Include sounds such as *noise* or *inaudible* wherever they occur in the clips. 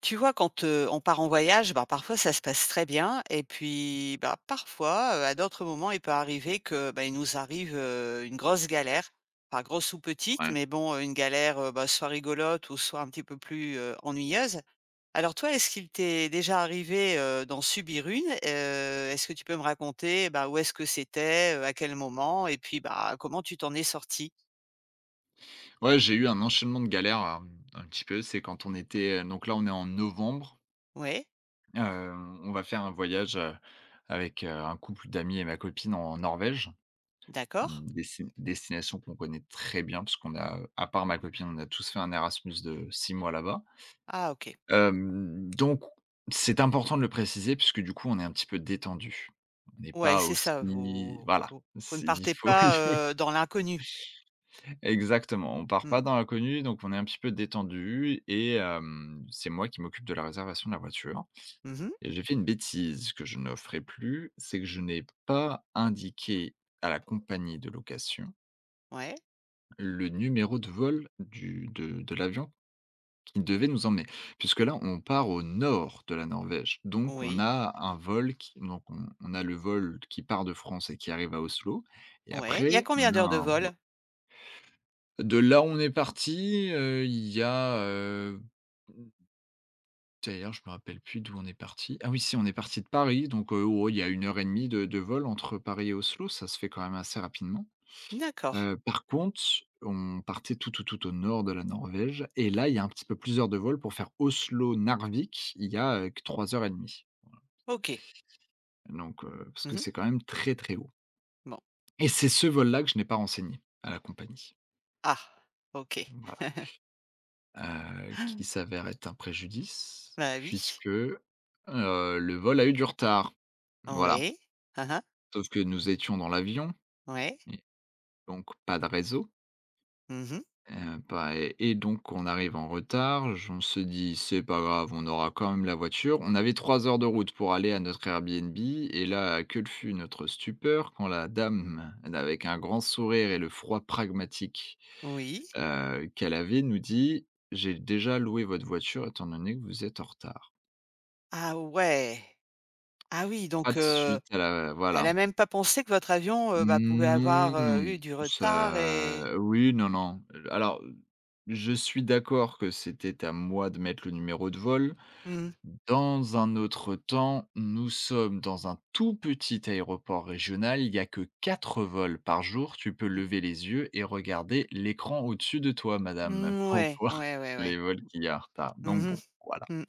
Tu vois, quand, on part en voyage, bah, parfois ça se passe très bien et puis, bah, parfois, à d'autres moments, il peut arriver que, bah, il nous arrive, une grosse galère. Enfin grosse ou petite, Ouais. mais bon, une galère, bah, soit rigolote ou soit un petit peu plus, ennuyeuse. Alors toi, est-ce qu'il t'est déjà arrivé, d'en subir une? Est-ce que tu peux me raconter, bah, où est-ce que c'était, à quel moment et puis, bah, comment tu t'en es sorti? Ouais, j'ai eu un enchaînement de galères, un petit peu. C'est quand on était, donc là, on est en novembre, Ouais, heu, on va faire un voyage, avec, un couple d'amis et ma copine en Norvège. d'accord. Une destination qu'on connaît très bien parce qu'on a, à part ma copine, on a tous fait un Erasmus de 6 mois là-bas. Ah, OK. Donc c'est important de le préciser puisque du coup, on est un petit peu détendu. On n'est Ouais, pas c'est ça, aussi, vous voilà, vous vous ne c'est, il partez faut pas, *laughs* dans l'inconnu. Exactement, on part Mmh. pas dans l'inconnu, donc on est un petit peu détendu et c'est moi qui m'occupe de la réservation de la voiture Mmh. et j'ai fait une bêtise que je ne ferai plus, c'est que je n'ai pas indiqué à la compagnie de location Ouais. le numéro de vol du de l'avion qui devait nous emmener. Puisque là, on part au nord de la Norvège, donc on Oui. a un vol qui donc on a le vol qui part de France et qui arrive à Oslo et Ouais. Il y a après combien on a d'heures de un... vol? De là où on est parti, il y a, d'ailleurs je me rappelle plus d'où on est parti. Ah oui, si, on est parti de Paris donc, oh, il y a 1 h 30 de vol entre Paris et Oslo, ça se fait quand même assez rapidement. D'accord. Par contre, on partait tout, tout, tout au nord de la Norvège et là, il y a un petit peu plus d'heures de vol pour faire Oslo-Narvik, il y a, que 3 heures et demie, OK. donc, parce que Mmh. c'est quand même très, très haut Bon. et c'est ce vol-là que je n'ai pas renseigné à la compagnie. Ah! OK. Voilà. *laughs* Qui s'avère être un préjudice Bah, oui. puisque, le vol a eu du retard. Voilà. Oui. Ah, hein. Sauf que nous étions dans l'avion Ouais. et donc pas de réseau, Mmh. Pas et et donc on arrive en retard, j on se dit: «C'est pas grave, on aura quand même la voiture». On avait 3 heures de route pour aller à notre Airbnb et là, quelle fut notre stupeur quand la dame, avec un grand sourire et le froid pragmatique, Oui. Qu'elle avait, nous dit: «J'ai déjà loué votre voiture étant donné que vous êtes en retard». Ah ouais! Ah oui, Pas donc de suite à la... elle voilà. a même pas pensé que votre avion, bah, pouvait Non, avoir, non, non, eu du retard ça et oui, non, non. Alors, je suis d'accord que c'était à moi de mettre le numéro de vol. mmh mh. Dans un autre temps, nous sommes dans un tout petit aéroport régional, il y a que 4 vols par jour. Tu peux Mmh. lever les yeux et regarder l'écran au-dessus de toi, madame, Mmh, pour *laughs* ouais, voir ouais, ouais, les ouais. vols qu'il y a en retard. Mmh Donc mh. bon, voilà. Mmh.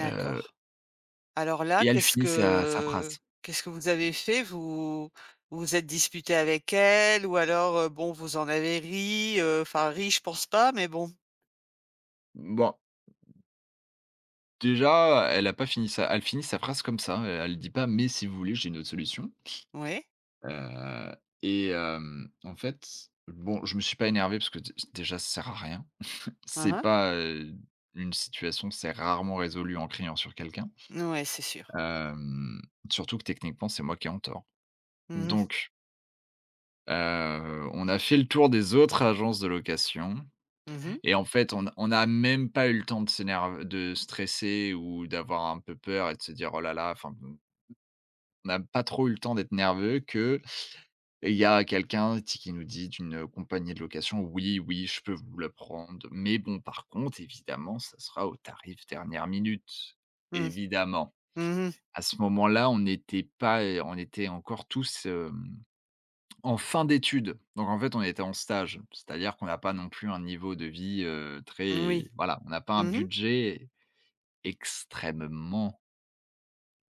Heu Alors là, et elle qu'est-ce finit sa que phrase. qu'est-ce que vous avez fait? Vous vous êtes disputé avec elle ou alors, bon, vous en avez ri, enfin ri, je pense pas, mais bon. Bon. Déjà, elle a pas fini sa elle finit sa phrase comme ça, elle dit pas: «Mais si vous voulez, j'ai une autre solution». Oui. Heu En fait, bon, je me suis pas énervé parce que dé déjà ça sert à rien. Hein, C'est hein. pas, une situation, c'est rarement résolu en criant sur quelqu'un. Ouais, c'est sûr. Hem, Surtout que techniquement, c'est moi qui ai en tort. Mhm. Donc, on a fait le tour des autres agences de location Mhm. et en fait, on a même pas eu le temps de s'énerv de stresser ou d'avoir un peu peur et de se dire: «Oh là là», enfin... On n'a pas trop eu le temps d'être nerveux que il y a quelqu'un ti qui nous dit d'une, compagnie de location: «Oui, oui, je peux vous le prendre, mais bon, par contre, évidemment, ça sera au tarif dernière minute». Mmh mh. Évidemment. Mmh. Mmh. À ce moment-là, on n'était pas, on était encore tous, en fin d'études. Donc en fait, on était en stage. C'est-à-dire qu'on n'a pas non plus un niveau de vie, très... Oui. voilà, on n'a pas un Mhm. budget extrêmement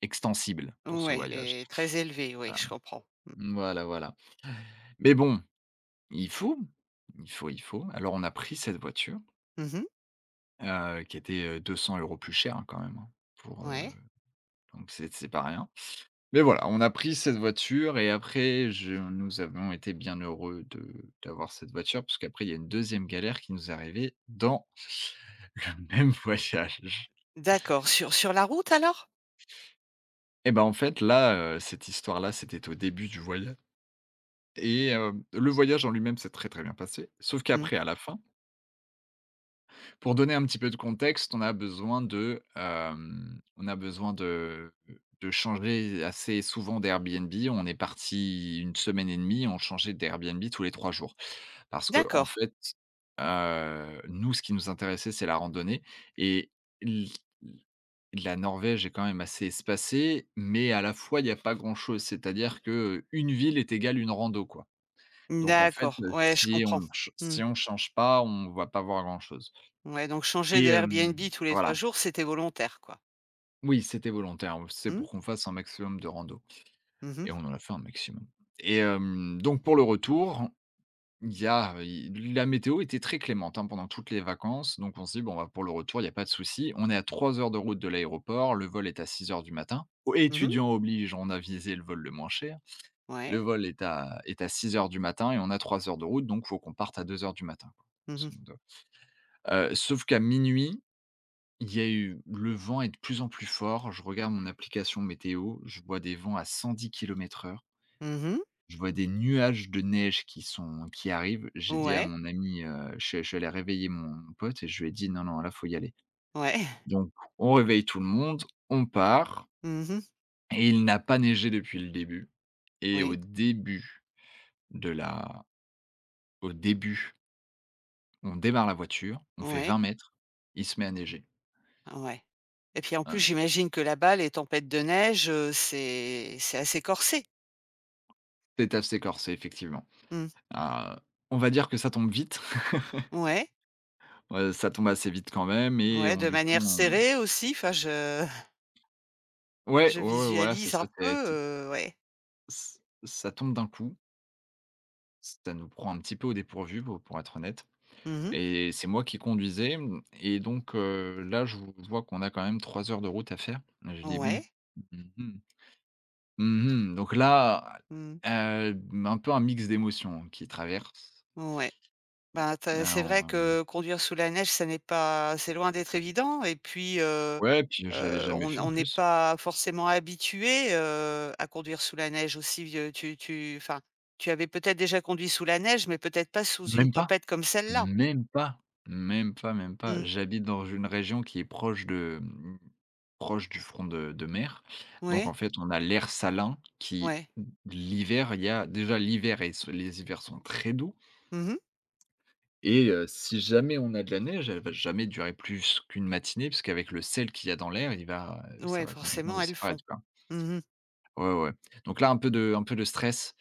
extensible pour ce Ouais voyage. et très élevé, oui, Voilà. je comprends. Voilà, voilà. Mais bon... Il faut, il faut, il faut. Alors on a pris cette voiture, Mhm. Qui était, 200 € plus chère, hein, quand même, hein, pour, Ouais. donc c'est pas rien. Mais voilà, on a pris cette voiture et après je nous avons été bien heureux de d'avoir cette voiture parce qu'après il y a une deuxième galère qui nous est arrivée dans *laughs* le même voyage. D'accord. Sur la route alors? Et ben en fait là, cette histoire-là, c'était au début du voyage et le voyage en lui-même s'est très, très bien passé. Sauf Mmh. qu'après à la fin... Pour donner un petit peu de contexte, on a besoin de, on a besoin de changer assez souvent d'Airbnb. On est parti une semaine et demie. 2 on changeait d'Airbnb tous les 3 jours. Parce que en D'accord. fait, nous, ce qui nous intéressait, c'est la randonnée et l la Norvège est quand même assez espacée, mais à la fois, il n'y a pas grand-chose. C'est-à-dire que une ville est égale une rando, quoi. Donc en fait, D'accord. Ouais, je comprends. Mmh. si on change pas, on va pas voir grand-chose. Ouais, donc changer Et de hem, Airbnb tous les 3 voilà. jours, c'était volontaire, quoi. Oui, c'était volontaire, c'est Mmh. pour qu'on fasse un maximum de rando Mhm. et on en a fait un maximum. Donc pour le retour, il y a il la météo était très clémente, hein, pendant toutes les vacances, donc on s'est dit: «Bon, bah, pour le retour, il y a pas de souci». On est à 3 heures de route de l'aéroport, le vol est à 6 h du matin. O Mhm. Étudiant oblige, on a visé le vol le moins cher. Le Ouais. vol est à 6 h du matin et on a 3 heures de route, donc faut qu'on parte à 2 h du matin, quoi, Mmh mh. grosso modo. Sauf qu'à minuit. Il y a eu Le vent est de plus en plus fort, je regarde mon application météo, je vois des vents à 110 kilomètres heure, Mmh. je vois des nuages de neige qui arrivent. J'ai dit à Ouais, mon ami, je suis allé réveiller mon pote et je lui ai dit: «Non, non, là, faut y aller». ouais. *laughs* Donc on réveille tout le monde, on part Mmh. et il n'a pas neigé depuis le début et Oui, de la au début, on démarre la voiture, on fait ouais. 20 mètres, il se met à neiger. Ah ouais. Et puis en plus, Heu, j'imagine que là-bas, les tempêtes de neige, c'est assez corsé? c'est assez corsé effectivement. Mmh. Heu, on va dire que ça tombe vite. Ouais, Ouais, ça tombe assez vite quand même et ouais, on de du coup manière on serrée aussi, enfin je *laughs* ouais, ouais, je ouais, voilà, c'est visualise un ça, peu, c'est ouais. ç ça tombe d'un coup, ça nous prend un petit peu au dépourvu pour être honnête Mmh. et c'est moi qui conduisais, et donc, là, je vois qu'on a quand même 3 heures de route à faire. Je dis: «Bon, Ouais. mmh mh, mmh donc là, Mmh. heu, un peu un mix d'émotions qui traverse. Ouais. Ben, tu c'est vrai Alors, que conduire sous la neige, ça n'est pas c'est loin d'être évident et puis ouais, puis je l'avais Heu, jamais on fait en on n'est plus. pas forcément habitué, à conduire sous la neige aussi, tu tu enfin, tu avais peut-être déjà conduit sous la neige, mais peut-être pas sous une Même pas? tempête comme celle-là? Même pas, même pas, même pas. Mmh. J'habite dans une région qui est proche de, proche du front de mer. Donc en Ouais, fait, on a l'air salin qui... ouais. L'hiver, il y a déjà l'hiver et ce les hivers sont très doux Mmh. et si jamais on a de la neige, elle va jamais durer plus qu'une matinée parce qu'avec le sel qu'il y a dans l'air, il va, ça Ouais, va complètement forcément, elles disparaître, font. quoi. Mmh mh. Ouais, ouais. Donc là, un peu de stress.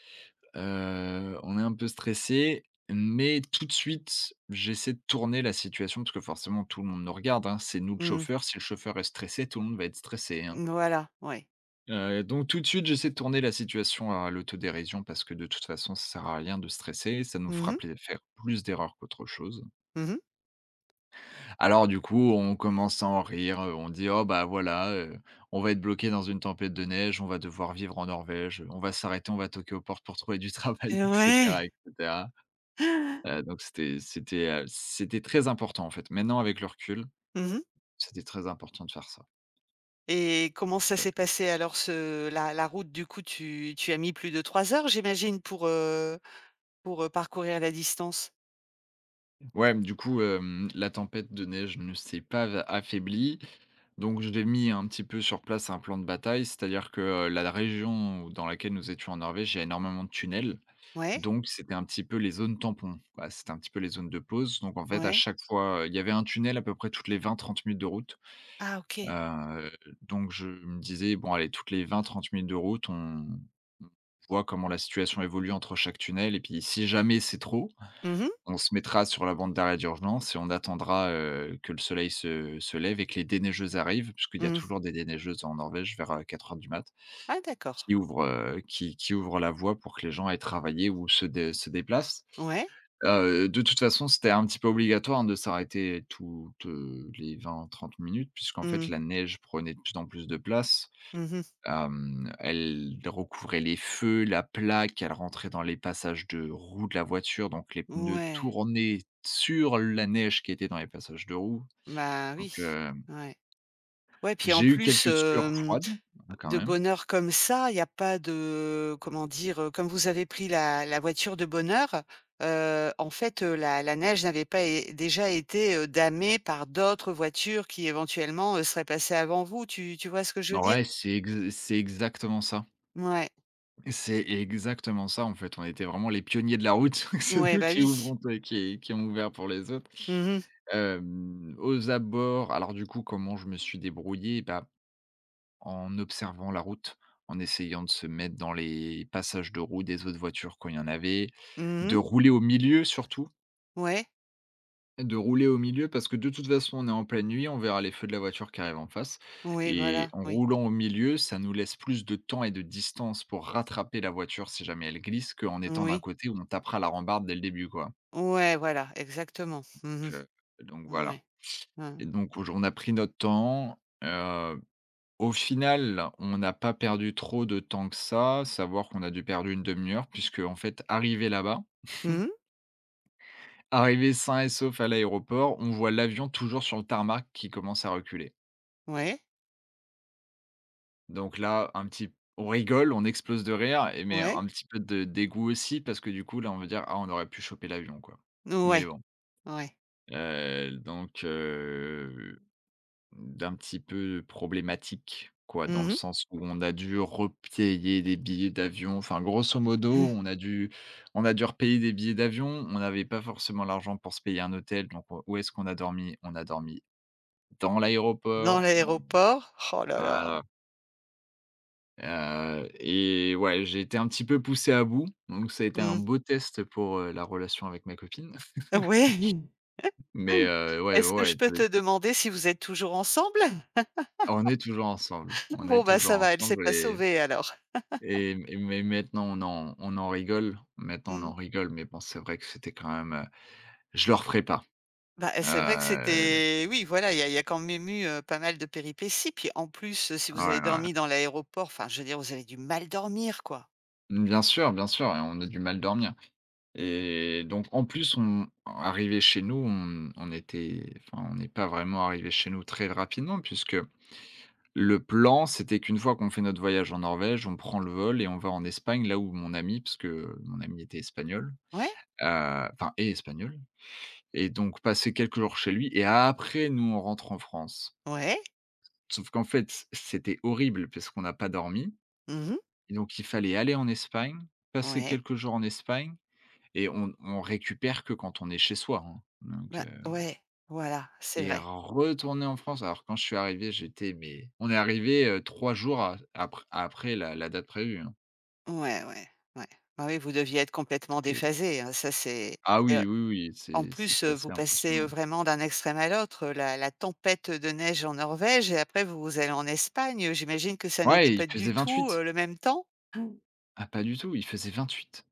On est un peu stressé, mais tout de suite, j'essaie de tourner la situation parce que forcément tout le monde nous regarde, hein. C'est nous le Mmh. chauffeur, si le chauffeur est stressé, tout le monde va être stressé, hein. Voilà, ouais. Donc tout de suite, j'essaie de tourner la situation à l'autodérision parce que de toute façon, ça sert à rien de stresser, ça nous Mmh fera mh. plai faire plus d'erreurs qu'autre chose. Mmh. Alors du coup, on commence à en rire, on dit: «Oh bah voilà, on va être bloqué dans une tempête de neige, on va devoir vivre en Norvège, on va s'arrêter, on va toquer aux portes pour trouver du travail» *laughs* et cetera Ouais. et cetera. Donc c'était très important en fait. Maintenant avec le recul, Mmh. c'était très important de faire ça. Et comment ça s'est passé alors ce la la route du coup, tu as mis plus de 3 heures j'imagine pour, parcourir la distance? Ouais, mais du coup, la tempête de neige ne s'est pas av affaiblie, donc j'ai mis un petit peu sur place un plan de bataille. C'est-à-dire que, la région dans laquelle nous étions en Norvège, il y a énormément de tunnels, Ouais? donc c'était un petit peu les zones tampons. Voilà, c'était un petit peu les zones de pause. Donc en fait, à Ouais. chaque fois, il y avait un tunnel à peu près toutes les vingt trente minutes de route. Ah, OK. Heu, donc je me disais: «Bon allez, toutes les 20 à 30 minutes de route, on voit comment la situation évolue entre chaque tunnel et puis si jamais c'est trop, Mmh. on se mettra sur la bande d'arrêt d'urgence et on attendra, que le soleil se lève et que les déneigeuses arrivent», puisqu'il y a Mmh. toujours des déneigeuses en Norvège vers 4 heures du mat, Ah, d'accord. qui ouvrent, qui ouvrent la voie pour que les gens aillent travailler ou se déplacent. Ouais. De toute façon, c'était un petit peu obligatoire de s'arrêter toutes, les 20 à 30 minutes puisqu'en fait Mmh. la neige prenait de plus en plus de place. Mmh. Elle recouvrait les feux, la plaque, elle rentrait dans les passages de roues de la voiture, donc les pneus Ouais. tournaient sur la neige qui était dans les passages de roues. Bah Donc, oui. hem, Ouais. Ouais, puis en j'ai eu plus, quelques sueurs froides, hein, quand de même. bonheur comme ça, il y a pas de comment dire? Comme vous avez pris la voiture de bonheur heure, en fait, la neige n'avait pas é déjà été, damée par d'autres voitures qui éventuellement, seraient passées avant vous. Tu vois ce que je veux dire? Ouais, c'est exactement ça. Ouais. C'est exactement ça, en fait. On était vraiment les pionniers de la route. *laughs* C'est Ouais, nous bah qui oui. ouvrons, t qui ont ouvert pour les autres. Mmh mh. Aux abords alors du coup, comment je me suis débrouillé? Bah, en observant la route, en essayant de se mettre dans les passages de roue des autres voitures quand il y en avait, de Mmh. rouler au milieu surtout, Ouais. de rouler au milieu parce que de toute façon, on est en pleine nuit, on verra les feux de la voiture qui arrive en face Oui, et voilà, en oui. roulant au milieu, ça nous laisse plus de temps et de distance pour rattraper la voiture si jamais elle glisse qu'en étant d'un Oui. côté où on tapera la rambarde dès le début quoi. Ouais, voilà, exactement. Mmh. Donc, heu, donc voilà Ouais, hein. et donc aujour on a pris notre temps, au final, on n'a pas perdu trop de temps que ça, savoir qu'on a dû perdre une demi 2 heure puisqu'en fait arrivé là-bas, Mmh mh. *laughs* arrivé sain et sauf à l'aéroport, on voit l'avion toujours sur le tarmac qui commence à reculer. Ouais, Donc là, un petit on rigole, on explose de rire et mais ouais, un petit peu de dégoût aussi parce que du coup, là, on veut dire: «Ah, on aurait pu choper l'avion, quoi». Mais ouais, bon, ouais. heu, donc heu, d'un petit peu problématique, quoi, dans le Mmh mh. sens où on a dû repayer des billets d'avion. Enfin, grosso modo, on *laughs* a dû on a dû repayer des billets d'avion. On n'avait pas forcément l'argent pour se payer un hôtel, donc où est-ce qu'on a dormi? On a dormi dans Dans l'aéroport, donc l'aéroport, oh là là. voilà. Ouais, j'ai été un petit peu poussé à bout, donc ça a été un Mmh. beau test pour, la relation avec ma copine. *laughs* Ouais. Mais ouais, Est-ce que ouais, je peux de te demander si vous êtes toujours ensemble? on est toujours ensemble, on est Bon, bah, toujours ça va, elle s'est ensemble pas et sauvée alors. et et mais maintenant on en rigole, maintenant on Mmh. en rigole, mais bon, c'est vrai que c'était quand même, je le referai pas. Bah, eh, c'est vrai que Heu, c'était oui, voilà, il y a quand même eu, pas mal de péripéties. Puis en plus, si vous ouais, avez dormi ouais. dans l'aéroport, enfin, je veux dire, vous avez dû mal dormir, quoi. Bien sûr et on a du mal dormir et donc en plus, on arrivés chez nous, on était enfin, on n'est pas vraiment arrivé chez nous très rapidement puisque le plan, c'était qu'une fois qu'on fait notre voyage en Norvège, on prend le vol et on va en Espagne, là où mon ami, parce que mon ami était espagnol, Ouais, enfin est espagnol et donc passer quelques jours chez lui et après nous, on rentre en France. ouais. Sauf qu'en fait, c'était horrible parce qu'on n'a pas dormi Mmh mh. et donc il fallait aller en Espagne, passer Ouais. quelques jours en Espagne et on récupère que quand on est chez soi, hein, donc Bah, heu ouais, voilà, c'est et vrai. retourner en France. Alors quand je suis arrivé, j'étais mais on est arrivé, 3 jours a apr après la date prévue, hein. Ouais, ouais, ouais. Ah oui, vous deviez être complètement Et déphasé, hein, ça c'est. ah Et oui, oui, oui, en plus, c'était assez vous passez impressionnant. vraiment d'un extrême à l'autre, la tempête de neige en Norvège et après vous allez en Espagne, j'imagine que ça n'était Ouais, il pas faisait du tout, 28 le même temps? Ah, Pas du tout,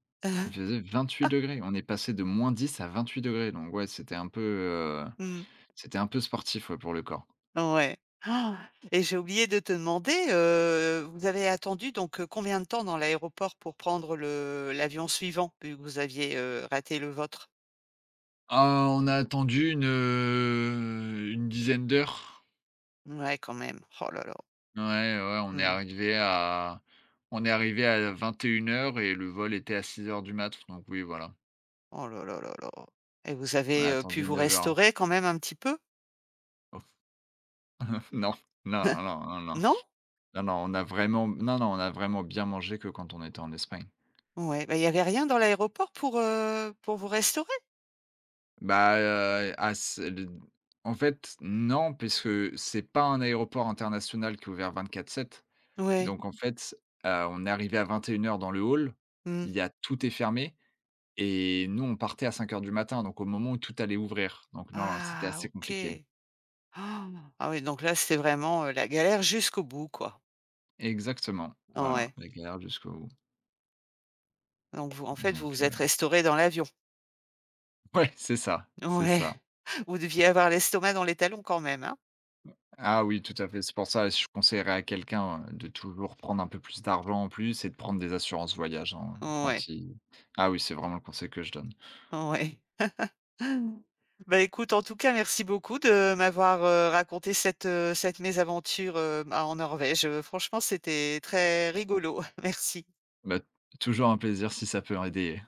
il *laughs* faisait 28 degrés. On est passé de -10 à 28 degrés donc ouais, Mmh. c'était un peu sportif, ouais, pour le corps. Ouais. Ah. Et j'ai oublié de te demander, vous avez attendu donc, combien de temps dans l'aéroport pour prendre le l'avion suivant? Vu que vous aviez, raté le vôtre? Ah, on a attendu une dizaine d'heures. Ouais, quand même. Oh là là. Ouais, ouais, Mmh. On est arrivé à 21 heures et le vol était à 6 heures du mat, donc oui, voilà. Oh là là là là. Et vous On a avez, pu attendu vous 9 heures. restaurer quand même un petit peu? *laughs* Non, non, non, non, non, non. Non? Non, non, on a vraiment Non, non, on a vraiment bien mangé que quand on était en Espagne. Ouais, bah, il y avait rien dans l'aéroport pour vous restaurer? Bah, à ce le en fait, Non, puisque c'est pas un aéroport international qui est ouvert 24/7. Ouais. Donc en fait, on est arrivé à 21:00 dans le hall, Mmh. il y a tout est fermé et nous, on partait à 5:00 du matin, donc au moment où tout allait ouvrir. Donc non, c'était Ah, assez compliqué. OK. *gasps* Ah, ah oui, donc là, c'était vraiment, la galère jusqu'au bout, quoi. Exactement, voilà, Ouais. la galère jusqu'au bout. Donc vous en fait, vous Donc vous êtes heu, restauré dans l'avion? ouais, c'est ça, c'est Ouais. ça. *laughs* Vous deviez avoir l'estomac dans les talons quand même, hein? Ah oui, tout à fait. C'est pour ça que je conseillerais à quelqu'un, de toujours prendre un peu plus d'argent en plus et de prendre des assurances voyage, hein, quand Ouais. il ah oui, c'est vraiment le conseil que je donne. Ouais. Bah, écoute, en tout cas, merci beaucoup de m'avoir, raconté cette mésaventure, bah, en Norvège. Franchement, c'était très rigolo. *laughs* Merci. Bah, toujours un plaisir si ça peut aider.